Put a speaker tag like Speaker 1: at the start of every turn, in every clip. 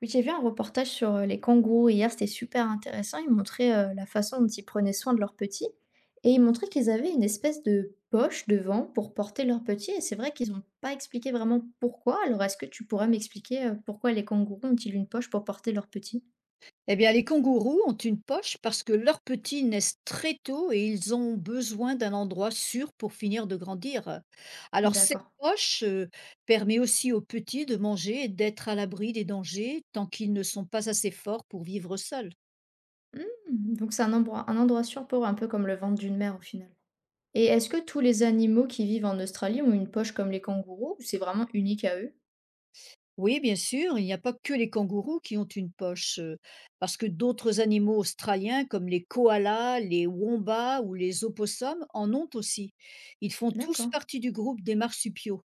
Speaker 1: Oui, j'ai vu un reportage sur les kangourous hier, c'était super intéressant. Ils montraient la façon dont ils prenaient soin de leurs petits et ils montraient qu'ils avaient une espèce de poche devant pour porter leurs petits. Et c'est vrai qu'ils n'ont pas expliqué vraiment pourquoi. Alors, est-ce que tu pourrais m'expliquer pourquoi les kangourous ont-ils une poche pour porter leurs petits?
Speaker 2: Eh bien, les kangourous ont une poche parce que leurs petits naissent très tôt et ils ont besoin d'un endroit sûr pour finir de grandir. Alors, cette
Speaker 1: D'accord.
Speaker 2: poche permet aussi aux petits de manger et d'être à l'abri des dangers tant qu'ils ne sont pas assez forts pour vivre seuls.
Speaker 1: Hmm, donc c'est un endroit sûr pour eux, un peu comme le ventre d'une mère au final. Et est-ce que tous les animaux qui vivent en Australie ont une poche comme les kangourous ou c'est vraiment unique à eux?
Speaker 2: Oui, bien sûr, il n'y a pas que les kangourous qui ont une poche, parce que d'autres animaux australiens comme les koalas, les wombats ou les opossums en ont aussi. Ils font tous
Speaker 1: D'accord,
Speaker 2: partie du groupe des marsupiaux.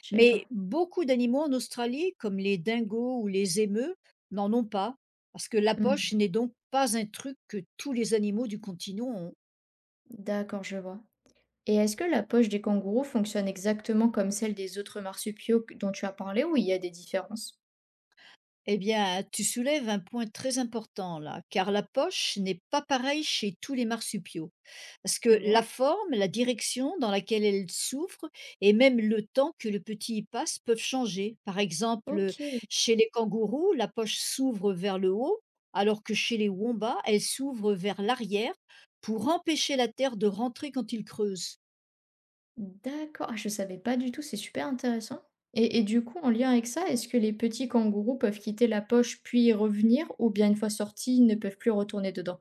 Speaker 1: je savais pas.
Speaker 2: Mais beaucoup d'animaux en Australie, comme les dingos ou les émeus, n'en ont pas, parce que la
Speaker 1: Hmm,
Speaker 2: poche n'est donc pas un truc que tous les animaux du continent ont.
Speaker 1: d'accord, je vois. Et est-ce que la poche des kangourous fonctionne exactement comme celle des autres marsupiaux dont tu as parlé ou il y a des différences?
Speaker 2: Eh bien, tu soulèves un point très important là, car la poche n'est pas pareille chez tous les marsupiaux. Parce
Speaker 1: Je
Speaker 2: que la
Speaker 1: vois.
Speaker 2: forme, la direction dans laquelle elle s'ouvre et même le temps que le petit y passe peuvent changer. Par exemple,
Speaker 1: Ok,
Speaker 2: chez les kangourous, la poche s'ouvre vers le haut, alors que chez les wombats, elle s'ouvre vers l'arrière pour empêcher la terre de rentrer quand ils creusent.
Speaker 1: d'accord. Ah, je savais pas du tout, c'est super intéressant. Et du coup, en lien avec ça, est-ce que les petits kangourous peuvent quitter la poche puis y revenir ou bien une fois sortis, ils ne peuvent plus retourner dedans?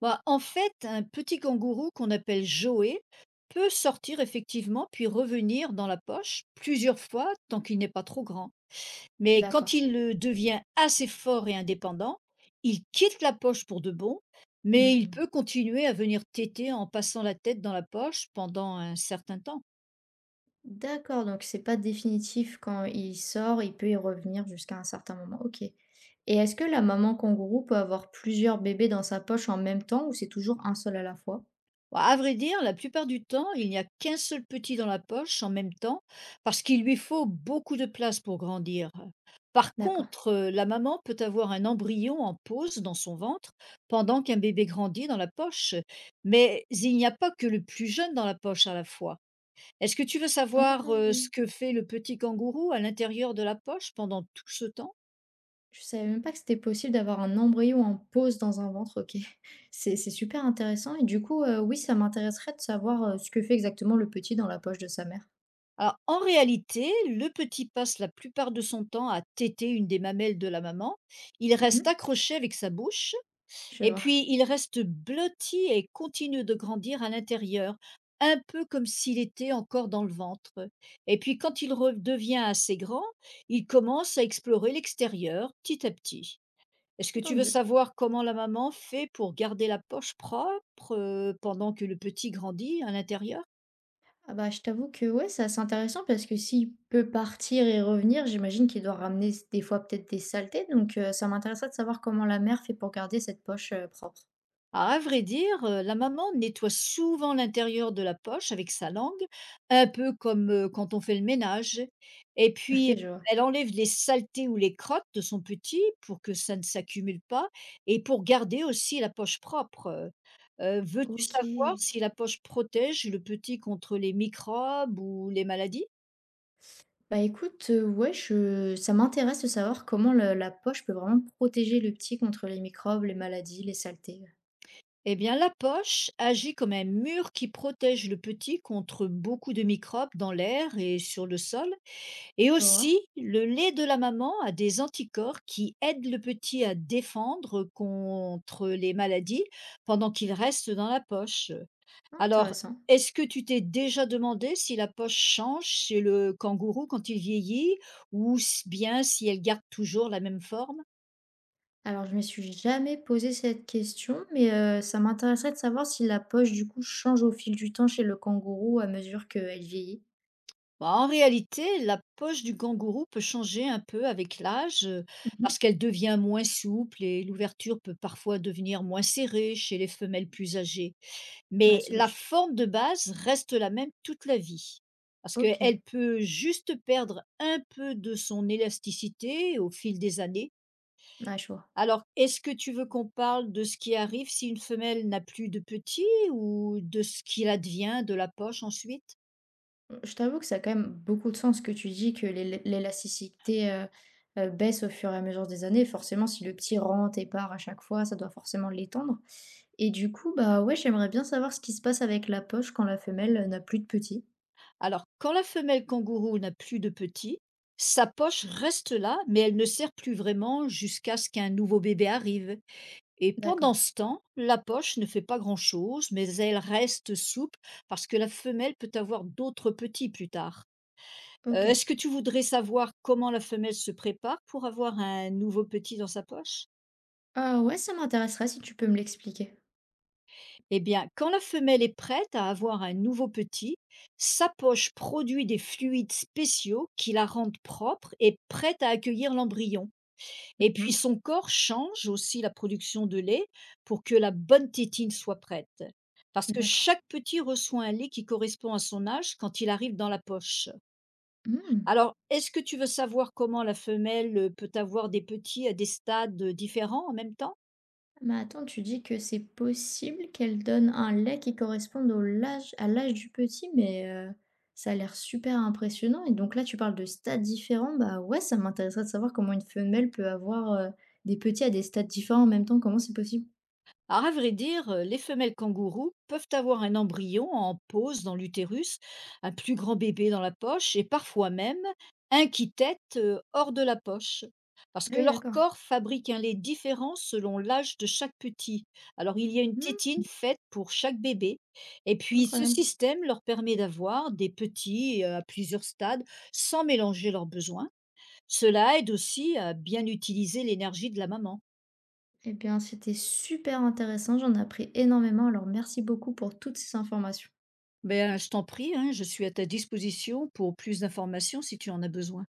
Speaker 2: Bah, en fait, un petit kangourou qu'on appelle Joey peut sortir effectivement puis revenir dans la poche plusieurs fois tant qu'il n'est pas trop grand. Mais
Speaker 1: D'accord.
Speaker 2: quand il devient assez fort et indépendant, il quitte la poche pour de bon, mais il
Speaker 1: Hmm.
Speaker 2: peut continuer à venir téter en passant la tête dans la poche pendant un certain temps.
Speaker 1: D'accord, donc c'est pas définitif quand il sort, il peut y revenir jusqu'à un certain moment. OK. Et est-ce que la maman kangourou peut avoir plusieurs bébés dans sa poche en même temps ou c'est toujours un seul à la fois?
Speaker 2: Bah, à vrai dire, la plupart du temps, il n'y a qu'un seul petit dans la poche en même temps, parce qu'il lui faut beaucoup de place pour grandir. Par
Speaker 1: D'accord,
Speaker 2: contre, la maman peut avoir un embryon en pause dans son ventre pendant qu'un bébé grandit dans la poche. Mais il n'y a pas que le plus jeune dans la poche à la fois. Est-ce que tu veux savoir ce
Speaker 1: entendu.
Speaker 2: que fait le petit kangourou à l'intérieur de la poche pendant tout ce temps?
Speaker 1: Je savais même pas que c'était possible d'avoir un embryon en pause dans un ventre, OK. C'est super intéressant et du coup, oui, ça m'intéresserait de savoir, ce que fait exactement le petit dans la poche de sa mère.
Speaker 2: Alors, en réalité, le petit passe la plupart de son temps à téter une des mamelles de la maman. Il reste
Speaker 1: Mmh.
Speaker 2: accroché avec sa bouche
Speaker 1: Je
Speaker 2: et
Speaker 1: vois,
Speaker 2: puis il reste blotti et continue de grandir à l'intérieur, un peu comme s'il était encore dans le ventre. Et puis quand il redevient assez grand, il commence à explorer l'extérieur petit à petit. Est-ce que tu veux
Speaker 1: entendu.
Speaker 2: savoir comment la maman fait pour garder la poche propre pendant que le petit grandit à l'intérieur?
Speaker 1: Ah bah, je t'avoue que ouais, ça c'est intéressant parce que s'il peut partir et revenir, j'imagine qu'il doit ramener des fois peut-être des saletés. Donc ça m'intéresserait de savoir comment la mère fait pour garder cette poche propre.
Speaker 2: Ah, à vrai dire, la maman nettoie souvent l'intérieur de la poche avec sa langue, un peu comme, quand on fait le ménage et puis
Speaker 1: Ok, je vois.
Speaker 2: elle enlève les saletés ou les crottes de son petit pour que ça ne s'accumule pas et pour garder aussi la poche propre. Veux-tu
Speaker 1: Ok.
Speaker 2: savoir si la poche protège le petit contre les microbes ou les maladies?
Speaker 1: Bah écoute, ouais, ça m'intéresse de savoir comment la poche peut vraiment protéger le petit contre les microbes, les maladies, les saletés.
Speaker 2: Eh bien, la poche agit comme un mur qui protège le petit contre beaucoup de microbes dans l'air et sur le sol. Et
Speaker 1: Je vois.
Speaker 2: aussi, le lait de la maman a des anticorps qui aident le petit à défendre contre les maladies pendant qu'il reste dans la poche. Alors,
Speaker 1: Intéressant.
Speaker 2: est-ce que tu t'es déjà demandé si la poche change chez le kangourou quand il vieillit ou bien si elle garde toujours la même forme?
Speaker 1: Alors je me suis jamais posé cette question, mais ça m'intéresserait de savoir si la poche du coup change au fil du temps chez le kangourou à mesure qu'elle vieillit.
Speaker 2: Bah, en réalité, la poche du kangourou peut changer un peu avec l'âge,
Speaker 1: Mmh.
Speaker 2: parce qu'elle devient moins souple et l'ouverture peut parfois devenir moins serrée chez les femelles plus âgées.
Speaker 1: Ouais,
Speaker 2: Mais
Speaker 1: c'est
Speaker 2: la
Speaker 1: logique.
Speaker 2: forme de base reste la même toute la vie. Parce
Speaker 1: OK.
Speaker 2: qu'elle peut juste perdre un peu de son élasticité au fil des années.
Speaker 1: Ouais, je vois.
Speaker 2: Alors, est-ce que tu veux qu'on parle de ce qui arrive si une femelle n'a plus de petits ou de ce qu'il advient de la poche ensuite?
Speaker 1: Je t'avoue que ça a quand même beaucoup de sens ce que tu dis que l'élasticité, baisse au fur et à mesure des années. Forcément, si le petit rentre et part à chaque fois, ça doit forcément l'étendre et du coup, bah, ouais, j'aimerais bien savoir ce qui se passe avec la poche quand la femelle, n'a plus de petits.
Speaker 2: Alors, quand la femelle kangourou n'a plus de petits, sa poche reste là, mais elle ne sert plus vraiment jusqu'à ce qu'un nouveau bébé arrive. Et
Speaker 1: D'accord,
Speaker 2: pendant ce temps, la poche ne fait pas grand-chose, mais elle reste souple parce que la femelle peut avoir d'autres petits plus tard.
Speaker 1: OK.
Speaker 2: Est-ce que tu voudrais savoir comment la femelle se prépare pour avoir un nouveau petit dans sa poche?
Speaker 1: Ah ouais, ça m'intéresserait si tu peux me l'expliquer.
Speaker 2: Eh bien, quand la femelle est prête à avoir un nouveau petit, sa poche produit des fluides spéciaux qui la rendent propre et prête à accueillir l'embryon. Et puis
Speaker 1: Mmh.
Speaker 2: son corps change aussi la production de lait pour que la bonne tétine soit prête. Parce que
Speaker 1: D'accord.
Speaker 2: chaque petit reçoit un lait qui correspond à son âge quand il arrive dans la poche.
Speaker 1: Mmh.
Speaker 2: Alors, est-ce que tu veux savoir comment la femelle peut avoir des petits à des stades différents en même temps?
Speaker 1: Mais attends, tu dis que c'est possible qu'elle donne un lait qui corresponde au l'âge à l'âge du petit, mais ça a l'air super impressionnant et donc là, tu parles de stades différents. Bah, ouais, ça m'intéresserait de savoir comment une femelle peut avoir, des petits à des stades différents en même temps. Comment c'est possible?
Speaker 2: Alors, à vrai dire, les femelles kangourous peuvent avoir un embryon en pose dans l'utérus, un plus grand bébé dans la poche et parfois même un qui tète hors de la poche. Parce
Speaker 1: Ah
Speaker 2: que
Speaker 1: oui,
Speaker 2: leur
Speaker 1: d'accord.
Speaker 2: corps fabrique un lait différent selon l'âge de chaque petit. Alors, il y a une
Speaker 1: Mmh,
Speaker 2: tétine faite pour chaque bébé. Et puis, ce
Speaker 1: incroyable.
Speaker 2: système leur permet d'avoir des petits à plusieurs stades sans mélanger leurs besoins. Cela aide aussi à bien utiliser l'énergie de la maman.
Speaker 1: Eh bien, c'était super intéressant, j'en ai appris énormément, alors merci beaucoup pour toutes ces informations.
Speaker 2: Ben, je t'en prie, hein, je suis à ta disposition pour plus d'informations si tu en as besoin.